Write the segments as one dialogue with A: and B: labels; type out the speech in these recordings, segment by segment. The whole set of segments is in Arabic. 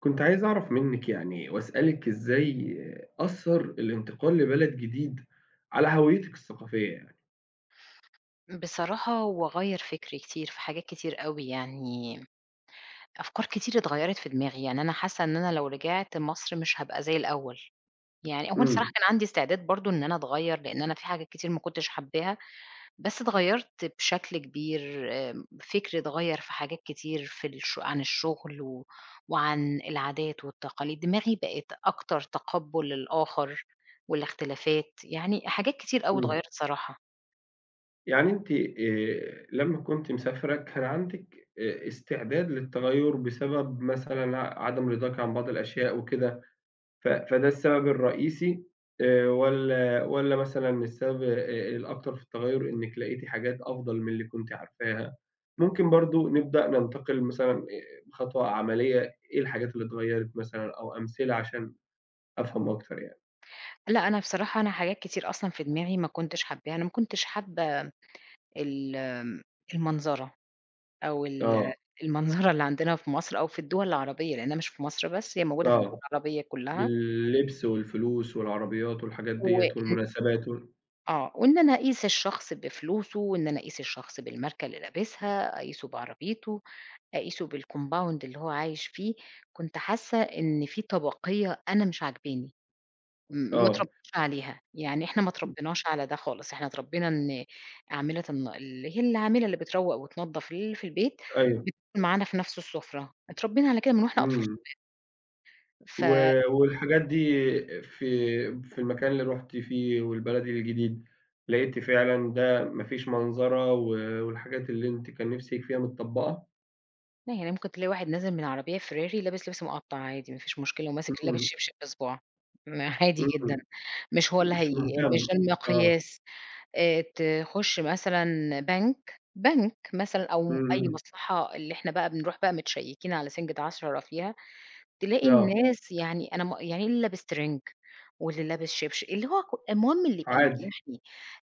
A: كنت عايز أعرف منِّك وأسألِك إزاي أثّر الانتقال لبلد جديد على هويتِك الثقافية يعني؟
B: بصراحة هو غيّر فكري كتير في حاجات كتير أوي، يعني أفكار كتير اتغيّرت في دماغي، يعني أنا حاسة إن أنا لو رجعت مصر مش هابقى زي الأول، يعني هو أنا الصراحة
A: إمم،
B: كان عندي استعداد برضه إن أنا أتغيّر، لإن أنا في حاجات كتير ما كنتش حاباها، بس اتغيّرت بشكل كبير، فكري اتغيّر في حاجات كتير في الش عن الشغل وعن العادات والتقاليد، دماغي بقت أكتر تقبُّل للآخر والاختلافات، يعني حاجات كتير أوي
A: إمم.
B: اتغيّرت صراحة.
A: يعني أنتِ لمّا كنتِ مسافرة كان عندِك استعداد للتغيُّر بسبب مثلًا عدم رضاكِ عن بعض الأشياء وكده، فده السبب الرئيسي، والّا مثلًا السبب الأكتر في التغيُّر إنِّك لقيتِ حاجات أفضل من اللي كنتِ عارفاها؟ ممكن برضه نبدأ ننتقل مثلًا بخطوة عملية، إيه الحاجات اللي اتغيّرت مثلًا أو أمثلة عشان أفهم أكتر يعني؟
B: لأ، أنا بصراحة أنا حاجات كتير أصلًا في دماغي ما كنتش حاباها، أنا ما كنتش حابة ال المنظرة أو ال
A: آه،
B: المنظرة اللي عندنا في مصر أو في الدول العربية، لأنها مش في مصر بس، هي موجودة في الدول
A: آه.
B: العربية كلّها،
A: باللبس والفلوس والعربيات والحاجات
B: و
A: ديّة والمناسبات وال.
B: آه، وإن أنا أقيس الشخص بفلوسه، وإن أنا أقيس الشخص بالماركة اللي لابسها، أقيسه بعربيته، أقيسه بالcompound اللي هو عايش فيه، كنت حاسة إن في طبقية أنا مش عاجباني. م ما
A: آه،
B: اتربيتش عليها، يعني إحنا ما اتربيناش على ده خالص، إحنا اتربينا إن عاملة الن اللي هي العاملة اللي بتروّق وتنضّف اللي في البيت
A: أيوه.
B: معانا في نفس السفرة، اتربينا على كده من وإحنا أطفال،
A: إمم.
B: ف
A: و والحاجات دي في في المكان اللي رُحت فيه والبلد الجديد، لقيتِ فعلًا ده ما فيش منظرة، و والحاجات اللي أنتِ كان نِفْسِك فيها متطبّقة؟
B: لا يعني ممكن تلاقي واحد نازل من عربية فيراري لابس لبس مقطّع عادي ما فيش مشكلة وماسك لابس
A: إمم،
B: شبشب في صباعه، عادي جدًا،
A: إمم،
B: مش هو اللي
A: مش
B: هي
A: مهتم،
B: مش ده
A: آه،
B: المقياس. آآ تخش مثلًا بنك مثلًا أو أي
A: إمم،
B: مصلحة اللي إحنا بقى بنروح بقى متشيّكين على سنجة عشرة فيها تلاقي
A: إمم، آه،
B: الناس، يعني أنا م يعني إيه اللي لابس ترنج، واللي لابس اللي هو المهم اللي يبقى
A: عادي،
B: مريحني.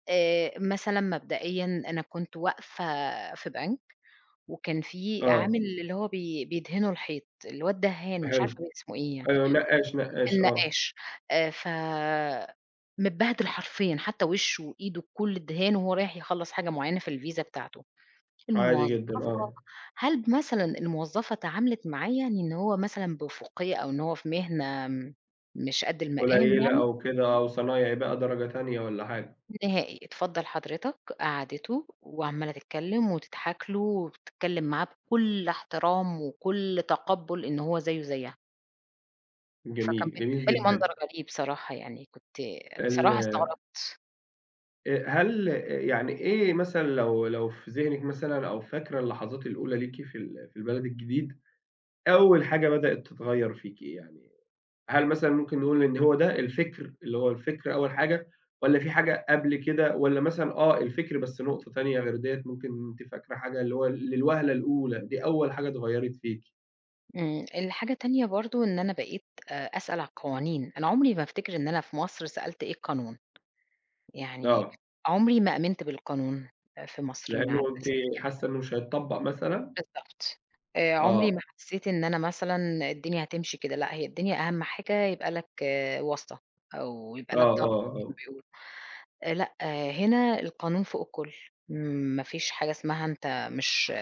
B: مثلًا مبدئيًا أنا كنت واقفة في بنك، وكان في عامل
A: آه،
B: اللي هو بيدهنوا الحيط، اللي هو الدهان، مش
A: حلو،
B: عارفة اسمه إيه يعني،
A: أيوه نقّاش، نقّاش آه،
B: النقّاش. ف متبهدل حرفيًا، حتى وشه وإيده، كل الدهان وهو رايح يخلّص حاجة معيّنة في الفيزا بتاعته.
A: عادي جدًا
B: الموظفة
A: آه،
B: هل مثلًا الموظفة اتعاملت معاه يعني إن هو مثلًا بأفقية أو إن هو في مهنة مش قد المقام
A: قليّلة
B: يعني؟
A: أو كده أو صنايعي بقى درجة تانية والّا حاجة،
B: نهائي، اتفضل حضرتك، قعّدته وعمّالة تتكلّم وتضحك له وبتتكلّم معاه بكل احترام وكل تقبُّل إن هو زيه زيها، فكان
A: جميل، جميل
B: بالنسبة لي منظر
A: جدًا.
B: غريب صراحة يعني كنت
A: ال
B: بصراحة استغربت.
A: هل يعني إيه مثلًا لو في ذهنِك مثلًا أو فاكرة اللحظات الأولى ليكِ في في البلد الجديد، أول حاجة بدأت تتغيّر فيكِ إيه يعني؟ هل مثلًا ممكن نقول إن هو ده الفكر، اللي هو الفكر أول حاجة، والّا في حاجة قبل كده، والّا مثلًا آه الفكر بس نقطة تانية غير ديّة، ممكن أنتِ فاكرة حاجة اللي هو للوهلة الأولى، دي أول حاجة اتغيّرت فيكِ؟
B: إمم، الحاجة التانية برضه إن أنا بقيت أسأل على القوانين، أنا عمري ما أفتكر إن أنا في مصر سألت إيه القانون. يعني
A: آه،
B: عمري ما آمنت بالقانون، آه، في مصر مع
A: لإنه أنتِ
B: الأسف.
A: حاسة إنه مش هيتطبّق مثلًا؟
B: بالضبط. عمري
A: آه،
B: ما حسّيت إن أنا مثلًا الدنيا هتمشي كده، لأ هي الدنيا أهم حاجة يبقى لك واسطة أو
A: آه،
B: يبقى لك ضابط
A: آه،
B: زي ما
A: آه.
B: بيقولوا. لأ، آه، هنا القانون فوق الكل، ما فيش حاجة اسمها أنت مش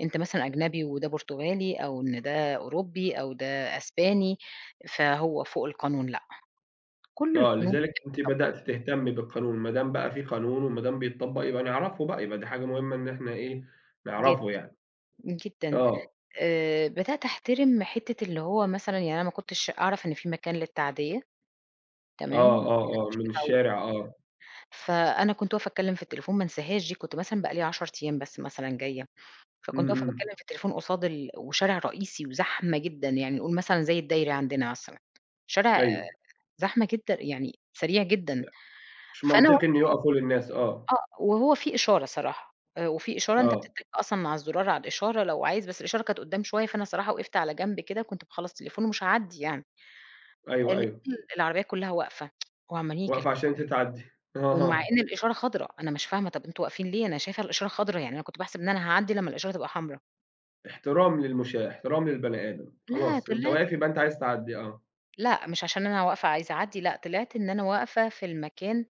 B: أنت مثلًا أجنبي وده برتغالي أو إن ده أوروبي أو ده أسباني، فهو فوق القانون لأ، كل
A: آه،
B: القانون
A: لذلك أنتِ
B: بتبقى طبق.
A: بدأتِ تهتمي بالقانون، ما دام بقى في قانون وما دام بيتطبّق يبقى نعرفه بقى، يبقى دي حاجة مهمة إن إحنا إيه،
B: جدًا،
A: نعرفه يعني.
B: جدًا.
A: آه،
B: بدأت أحترم حتّة اللي هو مثلًا، يعني أنا ما كنتش أعرف إن في مكان للتعدية، تمام، أنا
A: آه، آه، آه،
B: مش
A: من
B: متعودة،
A: الشارع آه،
B: فأنا كنت واقفة أتكلّم في التليفون ما انساهاش دي، كنت مثلًا بقى لي 10 أيام بس مثلًا جاية،
A: إمم،
B: فكنت واقفة
A: إمم،
B: باتكلّم في التليفون قصاد ال وشارع رئيسي وزحمة جدًا، يعني نقول مثلًا زي الدايري عندنا مثلًا، شارع
A: أيوه،
B: زحمة جدًا يعني سريع جدًا،
A: مش
B: فأنا و
A: منطقي إن يُقفوا للناس آه،
B: آه، وهو في إشارة صراحة، وفي إشارة أنت
A: آه،
B: أصلًا مع الزرار على الإشارة لو عايز، بس الإشارة كانت قدّام شوية، فأنا صراحة وقفت على جنب كده كنت باخلّص تليفون ومش هاعدّي يعني.
A: أيوه، أيوه،
B: لقيت العربية كلّها واقفة وعمّالين
A: واقفة
B: يكلكسوا،
A: عشان أنتِ تعدّي
B: ومع
A: آه،
B: إن الإشارة خضرا، أنا مش فاهمة طَب أنتم واقفين ليه؟ أنا شايفة الإشارة خضرا، يعني أنا كنت باحسب إن أنا هاعدّي لمّا الإشارة تبقى حمرا.
A: احترام للمُشاة، احترام للبني آدم،
B: لأ
A: خلاص أنت
B: طلعت
A: واقف يبقى أنت عايز تعدّي آه،
B: لأ، مش عشان أنا واقفة عايزة أعدّي، لأ طلعت إن أنا واقفة في المكان،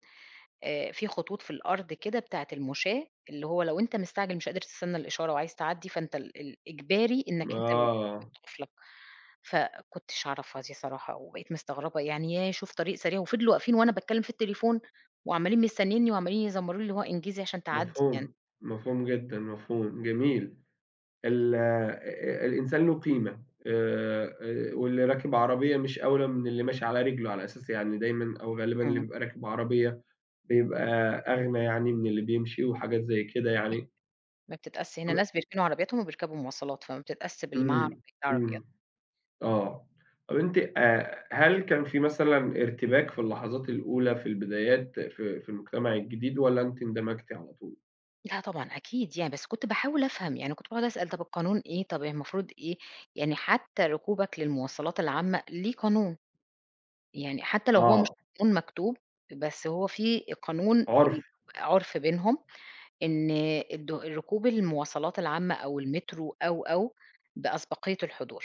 B: في خطوط في الأرض كده بتاعة المُشاة، اللي هو لو أنت مستعجل مش قادر تستنى الإشارة وعايز تعدّي، فأنت ال ال إجباري إنّك أنت اللي
A: آه،
B: بتقف لك. فكنتش أعرفها دي صراحة، وبقيت مستغربة يعني ياه! شوف طريق سريع، وفضلوا واقفين وأنا باتكلم في التليفون وعمّالين مستنينّي وعمّالين يزمّروا لي اللي هو انجزي عشان تعدّي يعني.
A: مفهوم، مفهوم جدًا، مفهوم، جميل. الإنسان له قيمة، واللي راكب عربية مش أولى من اللي ماشي على رجله، على أساس يعني دايمًا أو غالبًا اللي
B: إمم.
A: بيبقى راكب عربية بيبقى أغنى يعني من اللي بيمشي وحاجات زي كده يعني.
B: ما بتتقاسش هنا
A: طب
B: ناس بيركنوا عربياتهم وبيركبوا مواصلات، فما بتتقاسش باللي معاه
A: إمم،
B: عربية، ده عربيات.
A: إمم، آه. طب أنتِ هل كان في مثلًا ارتباك في اللحظات الأولى في البدايات في المجتمع الجديد، والّا أنتِ اندمجتِ على طول؟
B: لأ طبعًا أكيد يعني، بس كنت باحاول أفهم، يعني كنت باقعد أسأل طَب القانون إيه، طَب المفروض إيه، يعني حتى ركوبك للمواصلات العامة ليه قانون، يعني حتى لو هو مش
A: آه،
B: قانون مكتوب، بس هو في قانون،
A: عُرف،
B: ال عُرف بينهم إن ركوب المواصلات العامة أو المترو أو بأسبقية الحضور،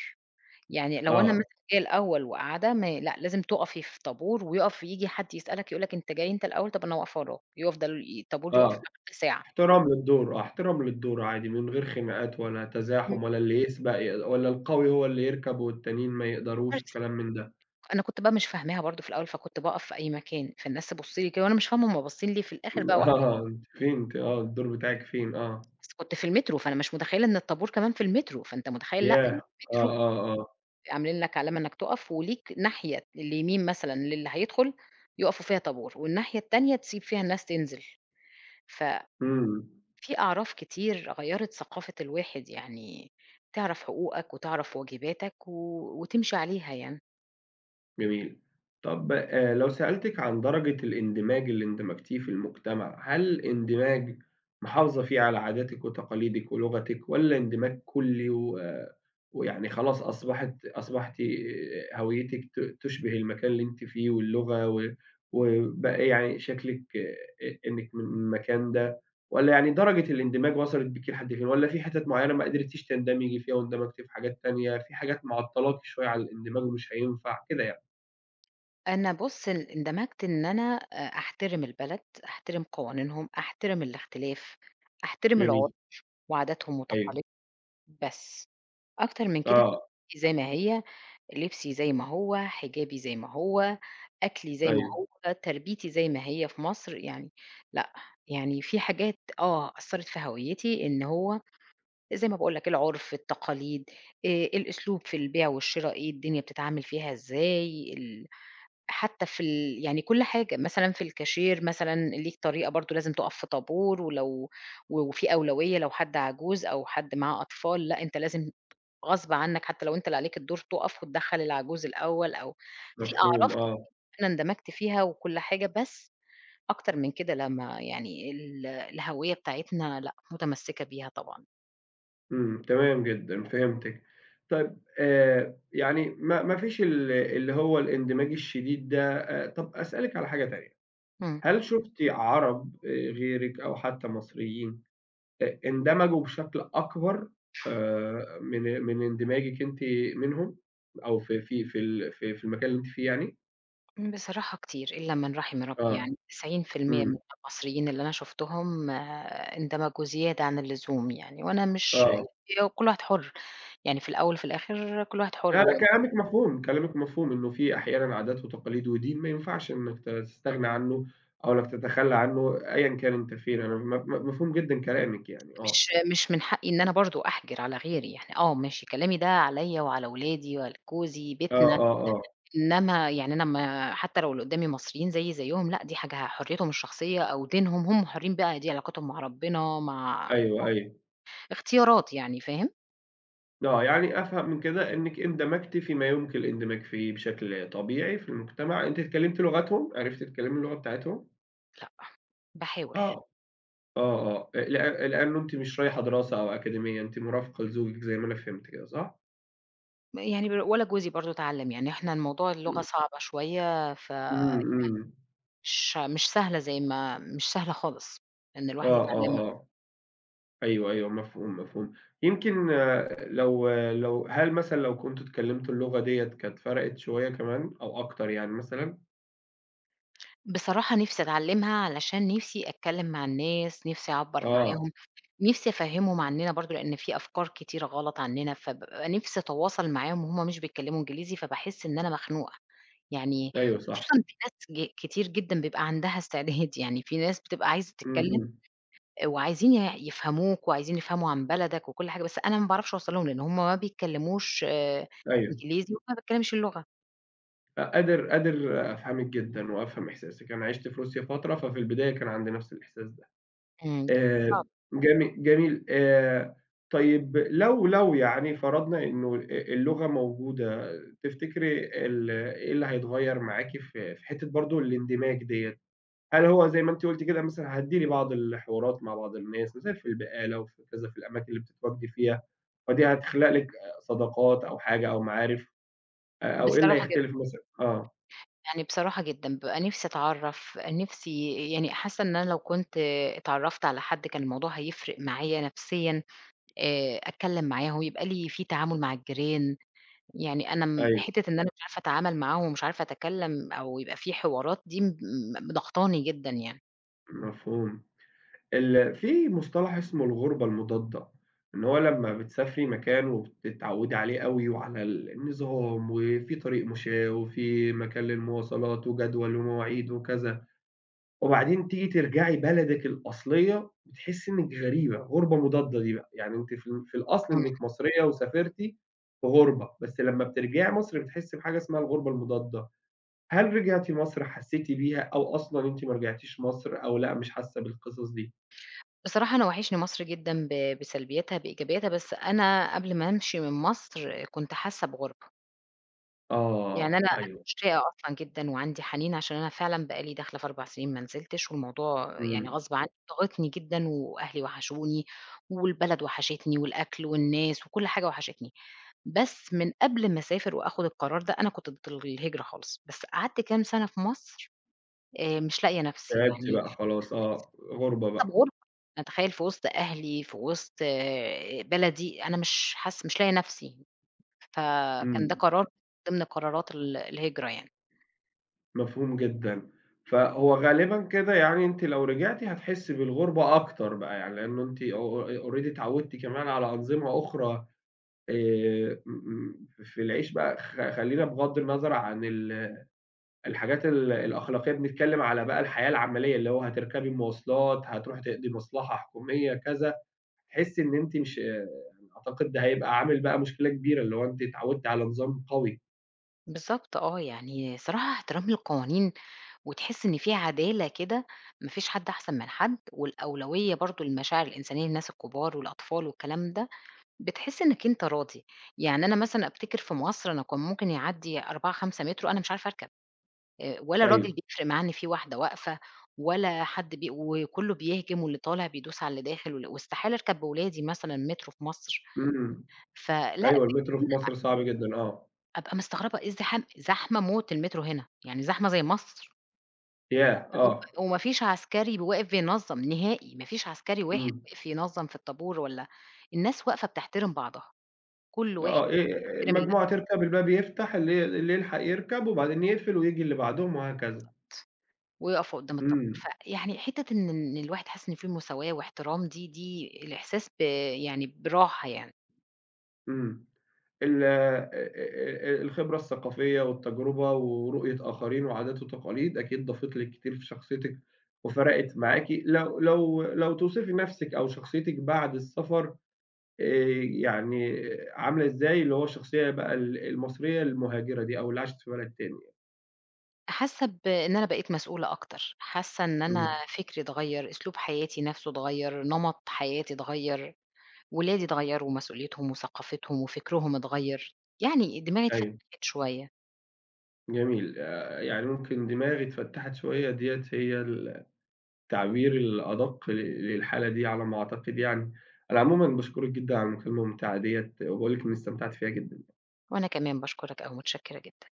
B: يعني لو أنا مثلًا
A: آه،
B: جاية الأول وقاعدة، ما لأ لازم تُقفي في طابور ويُقف ييجي حد يسألك يقول لك أنت جاي أنت الأول، طَب أنا واقفة وراك، يفضل الطابور يُقف
A: آه.
B: لحد ساعة.
A: احترام للدور، آه، احترام للدور عادي من غير خناقات ولا تزاحم ولا اللي يسبق ولا القوي هو اللي يركب والتانيين ما
B: إمم.
A: يقدروش وكلام من ده.
B: أنا كنت بقى مش فاهماها برضه في الأول، فكنت باقف في أي مكان، فالناس تبُص لي كده وأنا مش فاهمة هُم باصين ليه، في الآخر بقى واحدة،
A: آه، أنتِ فين آه، الدور بتاعِك فين؟ آه،
B: بس كنت في المترو، فأنا مش متخيلة إن الطابور كمان في المترو، فأنت متخيل لأ،
A: ياه! آه،
B: المترو
A: آه، آه،
B: عاملين لك علامة إنك تُقف وليك ناحية اليمين مثلًا للي هيدخل يُقفوا فيها طابور، والناحية التانية تسيب فيها الناس تنزل، ففي
A: إمم.
B: أعراف كتير غيّرت ثقافة الواحد، يعني تعرف حقوقك وتعرف واجباتك و وتمشي عليها يعني.
A: جميل. طَب لو سألتِك عن درجة الاندماج اللي اندمجتيه في المجتمع، هل اندماج محافظة فيه على عاداتِك وتقاليدِك ولغتِك، والّا اندماج كلّي، آه، ويعني خلاص أصبحتِ هويتِك تشبه المكان اللي أنتِ فيه، واللغة، وبقى يعني شكلِك إنِّك من من المكان ده، والّا يعني درجة الاندماج وصلت بيكِ لحد فين، والّا في حتت معيّنة ما قدرتيش تندمجي فيها واندمجتِ في حاجات تانية، في حاجات معطّلاكِ شوية عن الاندماج ومش هينفع، كده يعني؟
B: أنا بُص ان اندمجت إن أنا أ أحترم البلد، أحترم قوانينهم، أحترم الاختلاف، أحترم العُرف
A: جميل.
B: وعاداتهم
A: أيوه.
B: وتقاليدهم بس، أكتر من كده
A: آه،
B: زي ما هي، لبسي زي ما هو، حجابي زي ما هو، أكلي زي ما
A: أيوه،
B: هو، تربيتي زي ما هي في مصر يعني، لأ، يعني في حاجات آه أثّرت في هويتي إن هو زي ما باقول لك العُرف، التقاليد، آآ الأسلوب في البيع والشِرا إيه، الدنيا بتتعامل فيها إزاي، ال حتى في ال يعني كل حاجة، مثلًا في الكاشير مثلًا ليك طريقة برضه لازم تُقف في طابور، ولو و وفي أولوية لو حد عجوز أو حد معاه أطفال، لأ أنت لازم غصب عنّك حتى لو أنت اللي عليك الدور تُقف وتدخّل العجوز الأول أو في
A: مفهوم
B: أعراف كده
A: آه.
B: أنا اندمجت فيها وكل حاجة، بس أكتر من كده لأ، ما يعني ال الهوية بتاعتنا لأ، متمسكة بيها طبعًا.
A: إمم، تمام جدًا، فهمتِك. طيب يعني ما فيش اللي هو الاندماج الشديد ده. طَب أسألِك على حاجة تانية،
B: إمم.
A: هل شُفتِ عرب غيرِك أو حتى مصريين اندمجوا بشكل أكبر من من اندماجِك أنتِ منهم، أو في في في ال في في المكان اللي أنتِ فيه يعني؟
B: بصراحة كتير، إلا من رحم ربي،
A: آه،
B: يعني 90% من
A: إمم،
B: المصريين اللي أنا شُفتهم اندمجوا زيادة عن اللزوم يعني، وأنا مش،
A: آه.
B: كل واحد حُر، يعني في الأول وفي الآخر كل واحد
A: لا،
B: حُر،
A: لأ، كلامِك مفهوم، كلامِك مفهوم، إنه في أحيانًا عادات وتقاليد ودين ما ينفعش إنك تستغنى عنه أو إنك تتخلّى عنه أيًا كان أنت فين، أنا م م مفهوم جدًا كلامِك يعني آه،
B: مش من حقي إن أنا برضه أحجر على غيري يعني، آه ماشي كلامي ده عليّا وعلى ولادي وعلى جوزي،
A: آه،
B: بيتنا،
A: آه، آه،
B: إنما يعني أنا ما حتى لو اللي قدّامي مصريين زيي زيّهم لأ، دي حاجة حريتهم الشخصية أو دينهم، هم حرين بقى دي علاقتهم مع ربنا مع
A: أيوه، أيوه،
B: اختيارات يعني، فاهم؟
A: آه، يعني أفهم من كده إنِّك اندمجتِ فيما يمكن الاندماج فيه بشكل طبيعي في المجتمع، أنتِ اتكلمتِ لغتهم، عرفتِ تتكلمي اللغة بتاعتهم؟
B: لأ،
A: آه،
B: باحاول.
A: آه، آه، لأ لأنه أنتِ مش رايحة دراسة أو أكاديمية، أنتِ مرافقة لزوجِك زي ما أنا فهمت كده، صح؟
B: يعني ولا جوزي برضه اتعلّم، يعني إحنا الموضوع اللغة
A: إمم،
B: صعبة شوية
A: إمم، إمم،
B: مش سهلة زي ما مش سهلة خالص إن
A: آه،
B: الواحد يتعلّمها.
A: آه، آه. أيوه، أيوه، مفهوم، مفهوم. يمكن آه، هل مثلًا لو كنتم اتكلمتوا اللغة ديّة كانت فرقت شوية كمان أو أكتر يعني مثلًا؟
B: بصراحة نِفْسي أتعلّمها علشان نِفْسي أتكلّم مع الناس، نِفْسي أعبّر
A: آه،
B: معاهم، نِفْسي أفهّمهم عنّنا برضه لإن في أفكار كتيرة غلط عنّنا، فبابقى نِفْسي أتواصل معاهم وهُم مش بيتكلّموا إنجليزي، فباحس إن أنا مخنوقة. يعني
A: أيوه
B: وخصوصًا
A: صح،
B: في ناس كتير جدًا بيبقى عندها استعداد، يعني في ناس بتبقى عايزة
A: إمم،
B: تتكلّم
A: إمم،
B: وعايزين يفهموك وعايزين يفهموا عن بلدك وكل حاجة، بس أنا ما باعرفش أوصل لهم، لإن هُم ما بيتكلموش
A: أيوه.
B: إنجليزي وأنا ما باتكلمش اللغة.
A: قادر أفهمِك جدًا وأفهم إحساسِك، أنا عِشت في روسيا فترة، ففي البداية كان عندي نفس الإحساس ده.
B: إمم.
A: آآ
B: صعب،
A: جميل. طيب لو يعني فرضنا إنه اللغة موجودة، تفتكري إيه اللي هيتغيّر معاكِ في حتّة برضه الاندماج ديّة؟ هل هو زي ما أنتِ قُلتِ كده مثلًا هتديري بعض الحوارات مع بعض الناس، مثلًا في البقالة وفي كذا، في الأماكن اللي بتتواجدي فيها، فدي هتخلق لِك صداقات أو حاجة أو معارف، أو إيه اللي
B: بصراحة جدًا،
A: هيختلف مثلًا؟ آه،
B: يعني بصراحة جدًا، بابقى نِفْسي أتعرّف، نِفْسي يعني حاسة إن أنا لو كنت اتعرّفت على حد كان الموضوع هيفرق معايا نفسيًا، أتكلم معاهم، يبقى لي في تعامل مع الجيران، يعني أنا م
A: أيوه،
B: حتّة إن أنا مش عارفة أتعامل معاهم ومش عارفة أتكلم أو يبقى في حوارات دي م م ضاغطاني جدًا يعني.
A: مفهوم. في مصطلح اسمه الغُربة المضادة، إن هو لمّا بتسافري مكان وبتتعوّدي عليه أوي وعلى النظام، وفي طريق مشاة وفي مكان للمواصلات وجدول ومواعيد وكذا. وبعدين تيجي ترجعي بلدِك الأصلية، بتحسّي إنِّك غريبة، غُربة مضادة دي بقى، يعني أنتِ في في الأصل إنِّك مصرية وسافرتِ في غُربة، بس لمّا بترجعي مصر بتحسّي بحاجة اسمها الغُربة المضادة. هل رجعتِ مصر حسّيتِ بيها، أو أصلًا أنتِ ما رجعتيش مصر، أو لأ مش حاسّة بالقصص دي؟
B: بصراحة أنا وحشني مصر جدًا بسلبياتها، بإيجابياتها، بس أنا قبل ما أمشي من مصر كنت حاسة بغُربة، يعني
A: آه،
B: أنا
A: أيوه.
B: مشتاقة أصلًا جدًا وعندي حنين عشان أنا فعلًا بقى لي داخلة في 4 سنين ما نزلتش، والموضوع يعني
A: إمم،
B: غصب عنّي ضاغطني جدًا، وأهلي وحشوني، والبلد وحشتني، والأكل والناس وكل حاجة وحشتني، بس من قبل ما أسافر وآخد القرار ده أنا كنت ضد الهجرة خالص، بس قعدت كام سنة في مصر، مش لاقية نفسي
A: تعبتِ
B: يعني،
A: بقى خلاص آه، غُربة
B: حاسة
A: بقى.
B: بغربة، أنا أتخيّل في وسط أهلي، في وسط آه، بلدي، أنا مش حاسة مش لاقية نَفْسي، فكان ده
A: إمم.
B: قرار من ضمن قرارات الهجرة يعني.
A: مفهوم جدًا. فهو غالبًا كده يعني أنتِ لو رجعتِ هتحسّي بالغُربة أكتر بقى يعني، لإنه أنتِ أو أ already اتعوّدتِ كمان على أنظمة أخرى. م م في العيش بقى، خلّينا بغض النظر عن الحاجات الأخلاقية، بنتكلّم على بقى الحياة العملية، اللي هو هتركبي مواصلات، هتروحي تقضي مصلحة حكومية، كذا. هتحسّي إن أنتِ مش يعني، أعتقد ده هيبقى عامل بقى مشكلة كبيرة، اللي هو أنتِ اتعوّدتِ على نظام قوي.
B: بالضبط آه، يعني صراحة احترام للقوانين وتحس إن في عدالة كده، ما فيش حد أحسن من حد، والأولوية برضه للمشاعر الإنسانية للناس الكبار والأطفال والكلام ده، بتحس إنّك أنت راضي، يعني أنا مثلًا أفتكر في مصر أنا كان ممكن يعدّي 4، 5 مترو أنا مش عارفة أركب. ولا الراجل
A: أيوه.
B: بيفرق معاه إن في واحدة واقفة ولا حد بي وكُلّه بيهجم واللي طالع بيدوس على اللي داخل واستحالة أركب بولادي مثلًا مترو في مصر،
A: إمم.
B: فلأ
A: أيوه، المترو في مصر صعب جدًا، آه.
B: أبقى مستغربة إيه الزحام زحمة موت المترو هنا، يعني زحمة زي مصر
A: ياه! آه،
B: وما فيش عسكري واقف بينظّم نهائي، ما فيش عسكري واحد
A: إمم،
B: واقف ينظّم في الطابور ولا الناس واقفة بتحترم بعضها، كل واحد
A: آه،
B: بيحترم اللي
A: مجموعة تركب الباب يفتح اللي يلحق يركب وبعدين يقفل وييجي اللي بعدهم وهكذا،
B: ويقفوا قدّام الطابور،
A: إمم،
B: فيعني حتّة إن إن الواحد حاسس إن في مساواة واحترام دي الإحساس يعني براحة يعني.
A: إمم، الخبرة الثقافية والتجربة ورؤية آخرين وعادات وتقاليد أكيد ضافت لِك كتير في شخصيتِك وفرقت معاكِ، لو توصفي نفسِك أو شخصيتِك بعد السفر آآ، يعني عاملة إزاي اللي هو الشخصية بقى المصرية المهاجرة دي أو اللي عاشت في بلد تاني؟
B: حاسة بإن أنا بقيت مسؤولة أكتر، حاسة إن أنا
A: إمم،
B: فكري اتغيّر، أسلوب حياتي نَفْسه اتغيّر، نمط حياتي اتغيّر، ولادي اتغيّروا ومسؤوليتهم وثقافتهم وفكرهم اتغيّر، يعني دماغي
A: أيوه.
B: اتفتحت شوية،
A: جميل. يعني ممكن دماغي اتفتّحت شوية ديّة هي التعبير الأدق للحالة دي على ما أعتقد يعني. أنا عمومًا باشكرِك جدًا على المكالمة الممتعة ديّة وباقول لِك إنّي استمتعت فيها جدًا.
B: وأنا كمان باشكرك أوي، متشكرة جدًا.